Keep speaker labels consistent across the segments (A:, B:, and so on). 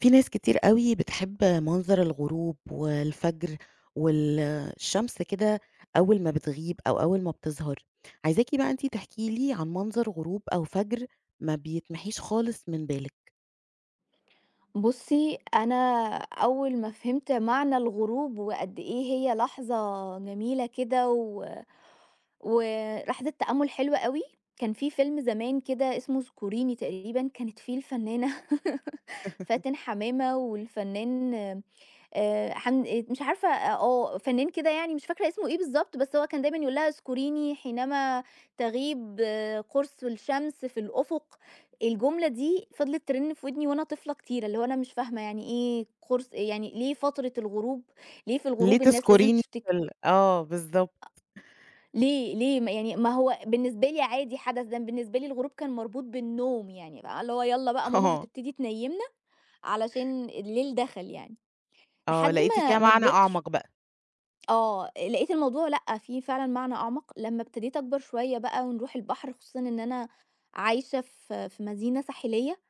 A: في ناس كتير أوي بتحب منظر الغروب والفجر والشمس كده، أول ما بتغيب أو أول ما بتظهر. عايزاكِ بقى أنتِ تحكي لي عن منظر غروب أو فجر ما بيتمحيش خالص من بالِك.
B: بُصّي، أنا أول ما فهمت معنى الغروب وقد إيه هي لحظة جميلة كده و ولحظة تأمُّل حلوة أوي، كان في فيلم زمان كده اسمه اذكريني تقريبًا كانت فيه الفنانة فاتن حمامة والفنان حم مش عارفة آه، آه، فنان كده يعني مش فاكرة اسمه إيه بالضبط، بس هو كان دايمًا يقول لها: "اذكريني حينما تغيب قرص الشمس في الأفق." الجملة دي فضلت ترن في ودني وأنا طفلة كتير، اللي هو أنا مش فاهمة يعني إيه قرص يعني ليه فترة الغروب، ليه في
A: ليه
B: الغروب الناس لازم
A: تذكريني
B: تفتكر؟
A: بالضبط.
B: ليه ما يعني ما هو بالنسبة لي عادي حدث، ده بالنسبة لي الغروب كان مربوط بالنوم يعني بقى اللي هو يالّا بقى ماما
A: آه،
B: هتبتدي تنيّمنا علشان الليل دخل يعني،
A: آه،
B: لحد
A: لقيتِ
B: ما
A: فيها
B: ما
A: معنى
B: كبرت
A: أعمق بقى.
B: آه، لقيت الموضوع لأ، فيه فعلًا معنى أعمق، لمّا ابتديت أكبر شوية بقى ونروح البحر، خصوصًا إن أنا عايشة في مدينة ساحلية،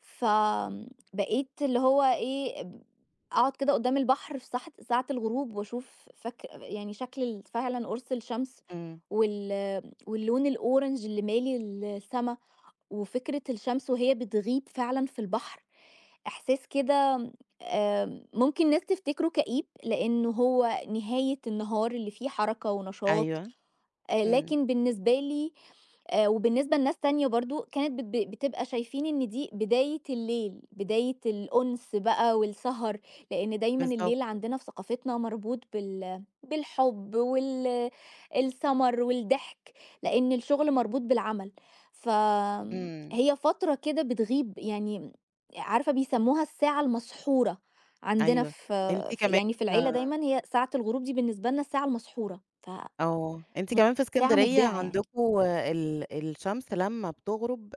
B: فبقيت اللي هو إيه، أقعد كده قدّام البحر في ساحة ساعة الغروب وأشوف فك يعني شكل فعلًا قرص الشمس
A: إمم.
B: وال واللون الأورنج اللي مالي السما، وفكرة الشمس وهي بتغيب فعلًا في البحر، إحساس كده ممكن ناس تفتكره كئيب، لإنه هو نهاية النهار اللي فيه حركة ونشاط،
A: أيوه، إمم،
B: لكن بالنسبة لي وبالنسبة لناس تانية برضه كانت بت بتبقى شايفين إن دي بداية الليل، بداية الأُنس بقى والسهر، لإن دايمًا
A: بالضبط،
B: الليل عندنا في ثقافتنا مربوط بالحُب السَمَر والضحك، لإن الشغل مربوط بالعمل.
A: إمم،
B: هي فترة كده بتغيب يعني عارفة بيسموها الساعة المسحورة، عندنا
A: أيوه.
B: ف
A: أنتِ
B: ف
A: كمان
B: يعني في العيلة دايمًا هي ساعة الغروب دي بالنسبة لنا الساعة المسحورة، ف
A: أنتِ
B: م
A: كمان في
B: ساعة
A: إسكندرية
B: مبدعة يعني.
A: عندكم الشمس لمّا بتغرب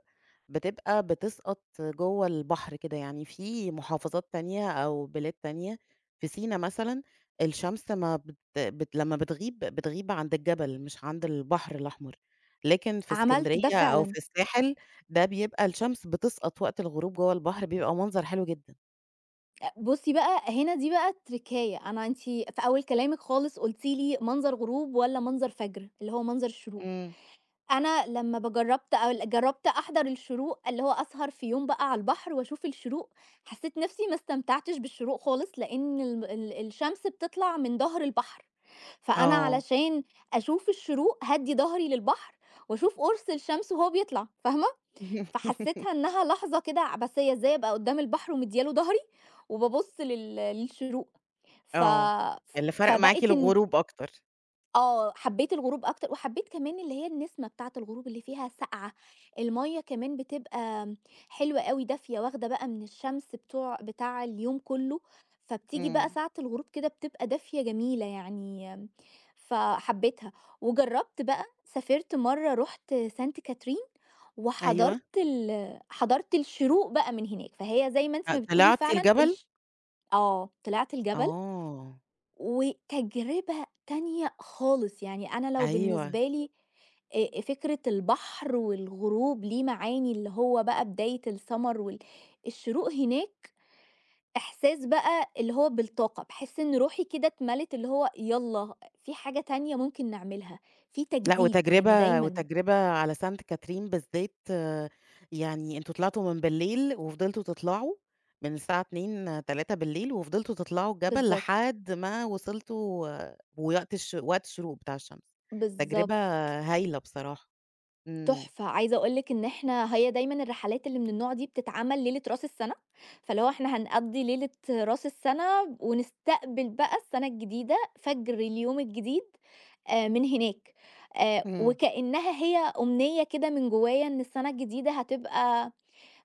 A: بتبقى بتسقط جوّه البحر كده، يعني في محافظات تانية أو بلاد تانية، في سينا مثلًا الشمس ما بت بت لمّا بتغيب بتغيب عند الجبل مش عند البحر الأحمر، لكن في
B: عملت ده
A: إسكندرية أو
B: فعلًا.
A: في الساحل ده بيبقى الشمس بتسقط وقت الغروب جوّه البحر، بيبقى منظر حلو جدًا.
B: بُصّي بقى، هنا دي بقى التركاية، أنتِ في أول كلامِك خالص قُلتِ لي منظر غروب والّا منظر فجر، اللي هو منظر الشروق.
A: إمم.
B: أنا لمّا ب جرّبت أل جرّبت أحضر الشروق، اللي هو أسهر في يوم بقى على البحر وأشوف الشروق، حسّيت نَفْسي ما استمتعتش بالشروق خالص، لإن الم ال الشمس بتطلع من ضهر البحر، فأنا
A: آه.
B: علشان أشوف الشروق هادّي ضهري للبحر وأشوف قرص الشمس وهو بيطلع، فاهمة؟ فحسيتها إنها لحظة كده عبثية، إزاي أبقى قدّام البحر ومديّة له ضهري وبابُص للشروق، ف
A: آه، اللي فرق معاكِ
B: فبقت إن
A: الغروب أكتر.
B: آه، حبيت الغروب أكتر، وحبيت كمان اللي هي النسمة بتاعة الغروب اللي فيها ساقعة، المَيّة كمان بتبقى حلوة أوي دافية، واخدة بقى من الشمس بتاع اليوم كلّه، فبتيجي بقى
A: إمم.
B: ساعة الغروب كده بتبقى دافية جميلة يعني فحبيتها. وجرّبت بقى سافرت مرّة رُحت سانت كاترين،
A: أيوه،
B: وحضرت حضرت الشروق بقى من هناك، فهي زي ما أنتِ ما بتقولي
A: طلعتِ
B: فعلًا
A: الجبل؟
B: آه، طلعت الجبل
A: آه،
B: وتجربة تانية خالص، يعني أنا لو
A: أيوه،
B: بالنسبة لي فكرة البحر والغروب ليه معاني اللي هو بقى بداية السَمَر الشروق هناك إحساس بقى اللي هو بالطاقة، باحس إن روحي كده اتملِت اللي هو يالّا في حاجة تانية ممكن نعملها، في
A: لأ.
B: تجديد، يعني
A: وتجربة
B: دايمًا
A: وتجربة على سانت كاترين بالذات، يعني أنتم طلعتوا من بالليل وفضلتوا تطلعوا من الساعة 02:00، 03:00 وفضلتوا تطلعوا الجبل
B: بالضبط،
A: لحد ما وصلتوا، ووقت الش وقت الشروق بتاع الشمس، تجربة
B: بالضبط.
A: هايلة بصراحة. إمم،
B: تحفة، عايزة أقول لِك إن إحنا هي دايمًا الرحلات اللي من النوع دي بتتعمل ليلة رأس السَنة، فاللي هو إحنا هنقضّي ليلة رأس السَنة ونستقبل بقى السَنة الجديدة، فجر اليوم الجديد من هناك،
A: إمم،
B: وكإنها هي أمنية كده من جوايا إن السَنة الجديدة هتبقى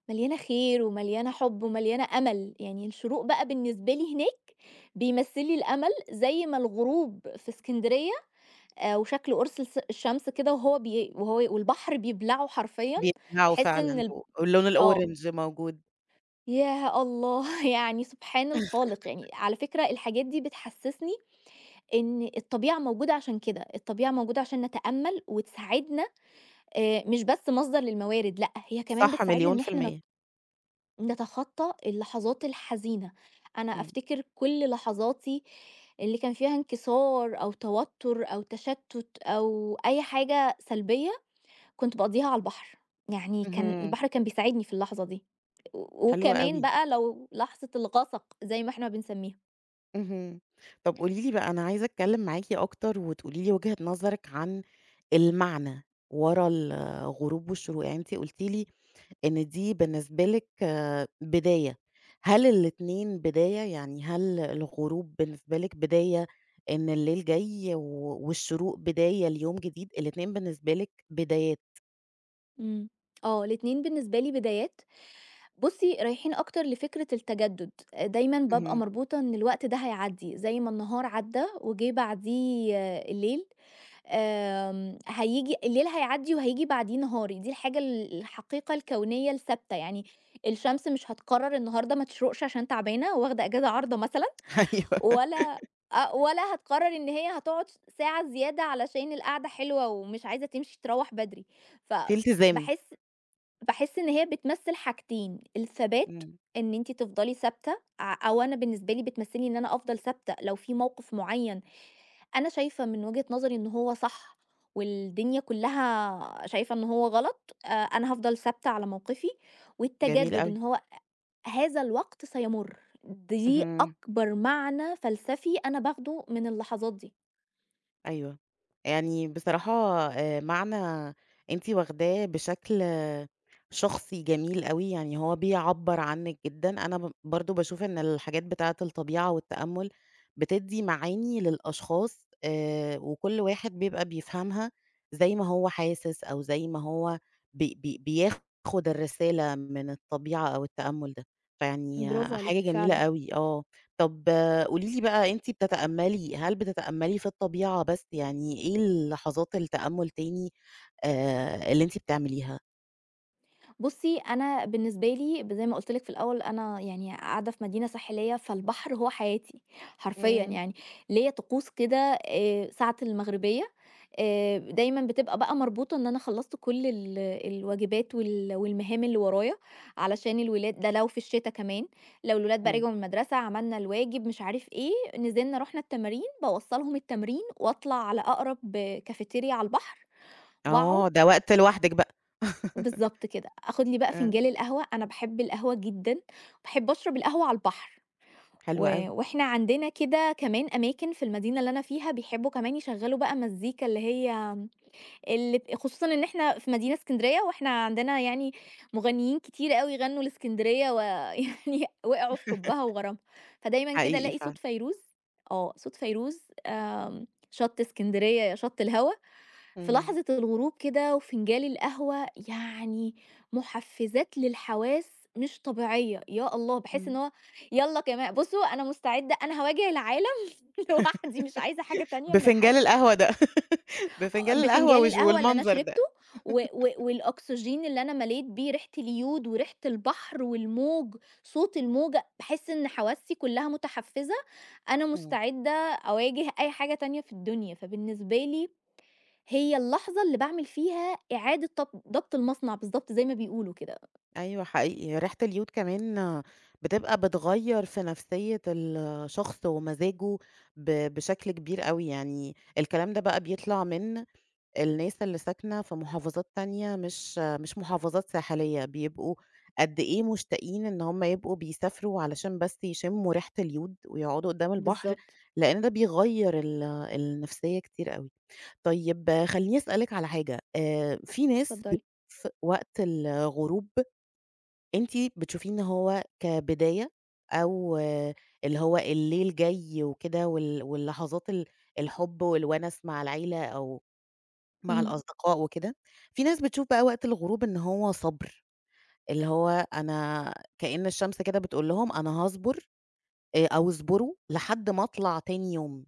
B: مليانة خير ومليانة حُب ومليانة أمل، يعني الشروق بقى بالنسبة لي هناك بيمثّل لي الأمل، زي ما الغروب في إسكندرية وشكل قرص الس الشمس كده وهو والبحر بيبلعه حرفيًا،
A: بيبدعوا
B: بحيث إن
A: فعلًا واللون
B: آه.
A: الأورنج موجود.
B: ياه الله! يعني سبحان الخالق، يعني على فكرة الحاجات دي بتحسّسني إن الطبيعة موجودة عشان كده، الطبيعة موجودة عشان نتأمّل وتساعدنا مش بس مصدر للموارد، لأ هي كمان
A: صح،
B: بتساعدنا
A: مليون
B: إن
A: في
B: إحنا
A: المِيّة.
B: نتخطّى اللحظات الحزينة. أنا
A: إمم،
B: أفتكر كل لحظاتي اللي كان فيها انكسار أو توتر أو تشتُّت أو أي حاجة سلبية كنت باقضيها على البحر، يعني كان
A: اهم،
B: البحر كان بيساعدني في اللحظة دي، و
A: حلو
B: وكمان
A: أوي.
B: بقى لو لحظة الغَسَق زي ما إحنا بنسميها.
A: اهم. طب قولي لي بقى، أنا عايزة أتكلّم معاكِ أكتر وتقولي لي وجهة نظرِك عن المعنى ورا الغروب والشروق. يعني أنتِ قُلتِ لي إن دي بالنسبة لِك بداية. هل الاتنين بداية؟ يعني هل الغروب بالنسبة لِك بداية إن الليل جاي، والشروق بداية ليوم جديد؟ الاتنين بالنسبة لِك بدايات.
B: إمم. آه، الاتنين بالنسبة لي بدايات، بُصّي رايحين أكتر لفكرة التجدد، آه، دايمًا بابقى
A: اهم.
B: مربوطة إن الوقت ده هيعدّي، زي ما النهار عدّى وجه بعديه آه، الليل، هييجي الليل هيعدّي وهييجي بعديه نهاري، دي الحاجة الحقيقة الكونية الثابتة، يعني الشمس مش هتقرر النهارده ما تشرقش عشان تعبانة واخدة إجازة عارضة مثلًا.
A: أيوه،
B: ولا آه، ولا هتقرر إن هي هتقعد ش ساعة زيادة علشان القعدة حلوة ومش عايزة تمشي تروّح بدري،
A: في التزام.
B: فباحس باحس إن هي بتمثّل حاجتين، الثبات
A: إمم،
B: إن أنتِ تفضلي ثابتة ع أو أنا بالنسبة لي بتمثّلي إن أنا أفضل ثابتة لو في موقف معيّن أنا شايفة من وجهة نظري إن هو صح والدنيا كلّها شايفة إن هو غلط، أنا هافضل ثابتة على موقفي،
A: جميل
B: والتجدد إن
A: أوي.
B: هو هذا الوقت سيمُر، دي
A: اهم.
B: أكبر معنى فلسفي أنا باخده من اللحظات دي.
A: أيوه. يعني بصراحة، معنى أنتِ واخداه بشكل شخصي جميل أوي، يعني هو بيعبّر عنِّك جدًا. أنا برضه باشوف إن الحاجات بتاعة الطبيعة والتأمُّل بتدّي معاني للأشخاص، وكل واحد بيبقى بيفهمها زي ما هو حاسس أو زي ما هو بي بي بياخُد الرسالة من الطبيعة أو التأمُّل ده. فيعني
B: برافو
A: حاجة
B: عليكِ
A: جميلة
B: فعلًا.
A: أوي. آه. طب قولي لي بقى، أنتِ بتتأملي هل بتتأملي في الطبيعة بس؟ يعني إيه لحظات التأمل تاني اللي أنتِ بتعمليها؟
B: بُصّي، أنا بالنسبة لي زي ما قُلت لِك في الأول، أنا يعني قاعدة في مدينة ساحلية، فالبحر هو حياتي حرفيًا
A: إمم،
B: يعني. ليّا طقوس كده ساعة المغربية، دايمًا بتبقى بقى مربوطة إن أنا خلّصت كل الواجبات والمهام اللي ورايا، علشان الولاد ده لو في الشتا كمان، لو الولاد بقى
A: إمم.
B: رجعوا من المدرسة، عملنا الواجب، مش عارف إيه، نزلنا رُحنا التمارين، باوصّلهم التمرين وأطلع على أقرب كافيتيريا على البحر وأقعد
A: آه، ده وقت لوحدِك بقى.
B: بالضبط كده، آخُد لي بقى
A: آه،
B: فنجان القهوة، أنا باحب القهوة جدًا، باحب أشرب القهوة على البحر،
A: حلو
B: و
A: أوي.
B: وإحنا عندنا كده كمان أماكن في المدينة اللي أنا فيها بيحبّوا كمان يشغّلوا بقى مزيكا اللي هي اللي ب خصوصًا إن إحنا في مدينة إسكندرية، وإحنا عندنا يعني مغنيين كتير أوي غنّوا لإسكندرية ويعني وقعوا في حُبّها وغرامها، فدايمًا كده
A: حقيقي
B: ألاقي
A: فعلًا.
B: صوت فيروز آه، صوت فيروز شَط إسكندرية يا شَط الهوا، في
A: إمم،
B: لحظة الغروب كده وفنجان القهوة، يعني مُحفّزات للحواس مش طبيعية، يا الله! باحس إن
A: إمم.
B: هو يالّا كمان بُصّوا أنا مستعدة أنا هاواجه العالم لوحدي مش عايزة حاجة تانية من
A: بفنجان
B: الحياة.
A: القهوة ده.
B: آه،
A: بفنجان القهوة
B: بفنجان القهوة اللي أنا
A: والمنظر ده.
B: شربته و و والأكسجين اللي أنا مليت بيه ريحة اليود وريحة البحر والموج، صوت الموجة، باحس إن حواسي كلها متحفزة، أنا
A: إمم.
B: مستعدة أواجه أي حاجة تانية في الدنيا، فبالنسبة لي هي اللحظة اللي باعمل فيها إعادة ضبط المصنع بالضبط زي ما بيقولوا كده.
A: أيوه حقيقي. ريحة اليود كمان بتبقى بتغيّر في نفسية الشخص ومزاجه بشكل كبير أوي. يعني الكلام ده بقى بيطلع من الناس اللي ساكنة في محافظات تانية، مش محافظات ساحلية، بيبقوا قد إيه مشتاقين إن هم يبقوا بيسافروا علشان بس يشموا ريحة اليود ويقعدوا قدام البحر،
B: بالضبط،
A: لإن ده بيغيّر النفسية كتير أوي. طيب خلّيني أسألِك على حاجة. في ناس
B: اتفضلي.
A: بتشوف وقت الغروب، أنتِ بتشوفيه إن هو كبداية أو اللي هو الليل جاي وكده واللحظات الحب والونس مع العيلة أو مع
B: إمم،
A: الأصدقاء وكده. في ناس بتشوف بقى وقت الغروب إن هو صبر، اللي هو أنا كأن الشمس كده بتقول لهم أنا هاصبر، أو اصبروا لحد ما أطلع تاني يوم،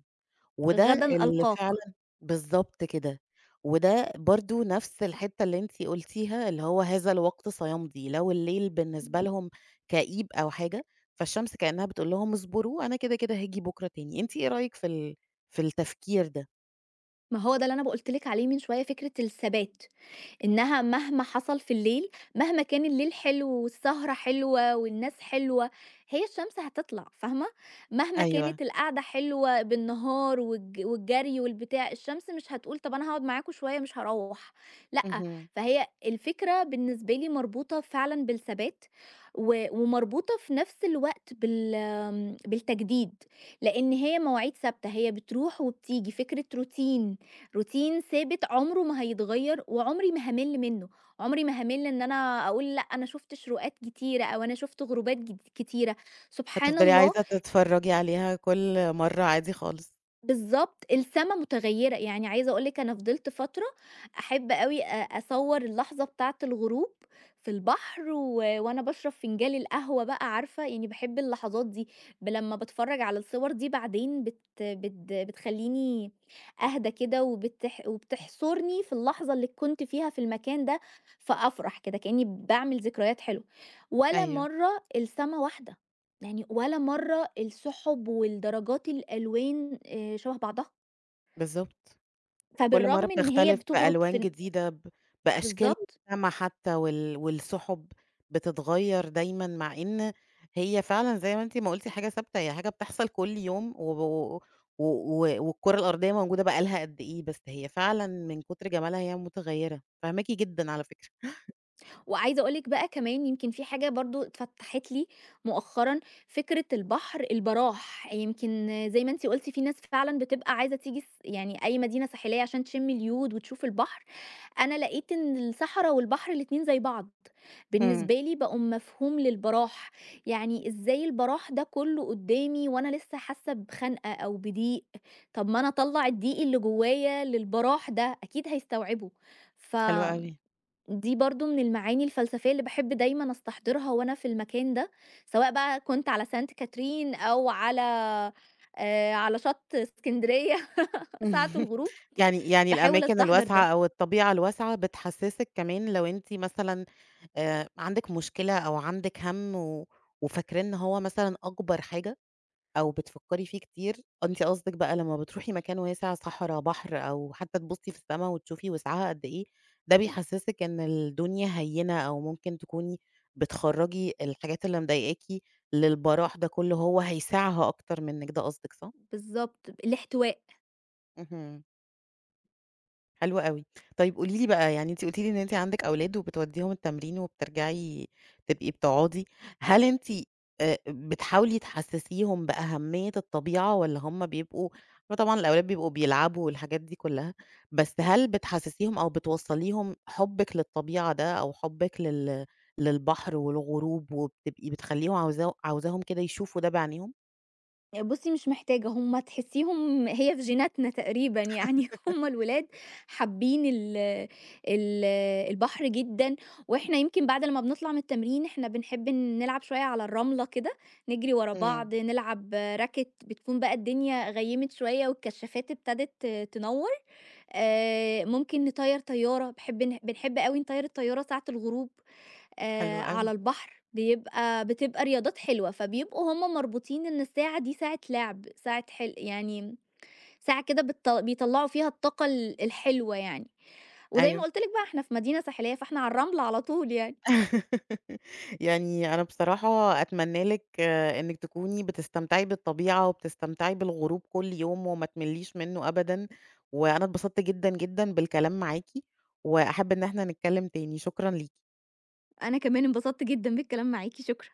A: وده
B: غدًا
A: اللي
B: ألقاك.
A: فعلًا بالضبط كده. وده برضه نفس الحتّة اللي أنتِ قُلتيها، اللي هو هذا الوقت سيمضي، لو الليل بالنسبة
B: إمم.
A: لهم كئيب أو حاجة، فالشمس كأنها بتقول لهم اصبروا، أنا كده، كده هاجي بكرة تاني. أنتِ إيه رأيِك في التفكير ده؟
B: ما هو ده اللي أنا قُلت لِك عليه من شوية فكرة الثبات. إنها مهما حصل في الليل، مهما كان الليل حلو والسهرة حلوة والناس حلوة، هي الشمس هتطلع فاهمة؟ مهما
A: أيوه.
B: كانت القعدة حلوة بالنهار والج والجري والبتاع، الشمس مش هتقول طب أنا هاقعد معاكم شوية مش هاروّح، لأ،
A: اهم.
B: فهي الفكرة بالنسبة لي مربوطة فعلًا بالثبات، و ومربوطة في نفس الوقت بالتجديد، لإن هي مواعيد ثابتة، هي بتروح وبتيجي، فكرة روتين. روتين ثابت عمره ما هيتغيّر وعمري ما هامِل منّه، عمري ما هامِل إن أنا أقول لأ، أنا شُفت شروقات كتيرة أو أنا شُفت غروبات كتيرة، سبحان
A: هتفضلي
B: الله
A: عايزة تتفرّجي عليها كل مرّة عادي خالص.
B: بالضبط، السما متغيّرة، يعني عايزة أقول لِك أنا فضلت فترة أحب أوي أصوّر اللحظة بتاعة الغروب في البحر و وأنا باشرب فنجالي القهوة بقى عارفة، يعني باحب اللحظات دي، لمّا باتفرّج على الصور دي بعدين بت بت بتخلّيني أهدى كده وبتح وبتحصرني في اللحظة اللي كنت فيها في المكان ده، فأفرح كده كإني باعمل ذكريات حلوة، ولا
A: أيوه.
B: مرّة السما واحدة. يعني ولا مرة السحب والدرجات الألوان شبه بعضها،
A: بالضبط. كل مرّة
B: فبالرغم إن هي
A: بتختلف
B: بتغرب في
A: بألوان
B: ن
A: جديدة، بأشكال
B: بالضبط،
A: السما حتى والسُحُب بتتغيّر دايمًا، مع إن هي فعلًا زي ما أنتِ ما قُلتِ حاجة ثابتة، هي حاجة بتحصل كل يوم، وب و و والكرة الأرضية موجودة بقى لها قد إيه، بس هي فعلًا من كتر جمالها هي متغيّرة. فاهماكِ جدًا على فكرة.
B: وعايزة أقول لِك بقى كمان يمكن في حاجة برضه اتفتحت لي مؤخرًا، فكرة البحر البراح، يمكن زي ما أنتِ قُلتِ في ناس فعلًا بتبقى عايزة تيجي س يعني أي مدينة ساحلية عشان تشم اليود وتشوف البحر. أنا لقيت إن الصحرا والبحر الاتنين زي بعض،
A: إمم،
B: بالنسبة لي بقوا مفهوم للبراح، يعني إزاي البراح ده كله قدامي وأنا لسه حاسة بخنقة أو بضيق، طب ما أنا أطلّع الضيق اللي جوايا للبراح ده أكيد هيستوعبه،
A: حلو
B: فدي
A: أوي.
B: برضه من المعاني الفلسفية اللي باحب دايمًا أستحضرها وأنا في المكان ده، سواء بقى كنت على سانت كاترين أو على على شط إسكندرية ساعة الغروب،
A: يعني
B: باحاول
A: الأماكن
B: أستحضر
A: الواسعة
B: ده،
A: أو الطبيعة الواسعة بتحسسِك كمان لو أنتِ مثلًا عندِك مشكلة أو عندِك هَم، وفاكراه إن هو مثلًا أكبر حاجة أو بتفكّري فيه كتير، أنتِ قصدِك بقى لمّا بتروحي مكان واسع، صحرا، بحر، أو حتى تبُصّي في السما وتشوفي وسعها قد إيه، ده بيحسسِك إن الدنيا هيّنة، أو ممكن تكوني بتخرّجي الحاجات اللي مضايقاكِ للبراح ده كُلّه، هو هيسعها أكتر منِّك، ده قصدِك صح؟
B: بالضبط، الاحتواء.
A: اهم. حلو أوي. طيب قولي لي بقى، يعني أنتِ قلتِ لي إن أنتِ عندِك أولاد وبتودّيهم التمرين وبترجعي تبقي بتقعدي، هل أنتِ بتحاولي تحسّسيهم بأهمية الطبيعة، والّا هم بيبقوا؟ هو طبعًا الأولاد بيبقوا بيلعبوا والحاجات دي كلّها، بس هل بتحسّسيهم أو بتوصّلي لهم حُبِّك للطبيعة ده، أو حُبِّك للبحر والغروب، وبتبقي بتخلّيهم عاوزاهم كده يشوفوا ده بعينيهم؟
B: بُصّي مش محتاجة، هم تحسّيهم هي في جيناتنا تقريبًا يعني هم الولاد حابين ال ال البحر جدًا، وإحنا يمكن بعد لمّا بنطلع من التمرين إحنا بنحب نلعب شوية على الرملة كده، نجري ورا
A: إمم،
B: بعض، نلعب راكت، بتكون بقى الدنيا غيّمت شوية والكشافات ابتدت تنوّر، ممكن نطيّر طيارة، باحب ن بنحب أوي نطيّر الطيارة ساعة الغروب.
A: حلو
B: على
A: أوي.
B: البحر، بتبقى رياضات حلوة، فبيبقوا هُم مربوطين إن الساعة دي ساعة لعب، ساعة حل يعني ساعة كده بيطلّعوا فيها الطاقة الحلوة يعني، وزي ما
A: أيوه.
B: قُلت لك بقى إحنا في مدينة ساحلية، فإحنا على الرملة على طول يعني.
A: يعني أنا بصراحة أتمنى لِك إنِّك تكوني بتستمتعي بالطبيعة وبتستمتعي بالغروب كل يوم وما تملّيش منّه أبدًا، وأنا اتبسطت جدًا، جدًا بالكلام معاكِ، وأحب إن إحنا نتكلّم تاني، شكرًا ليكِ.
B: أنا كمان انبسطت جدًا بالكلام معاكِ، شكرًا.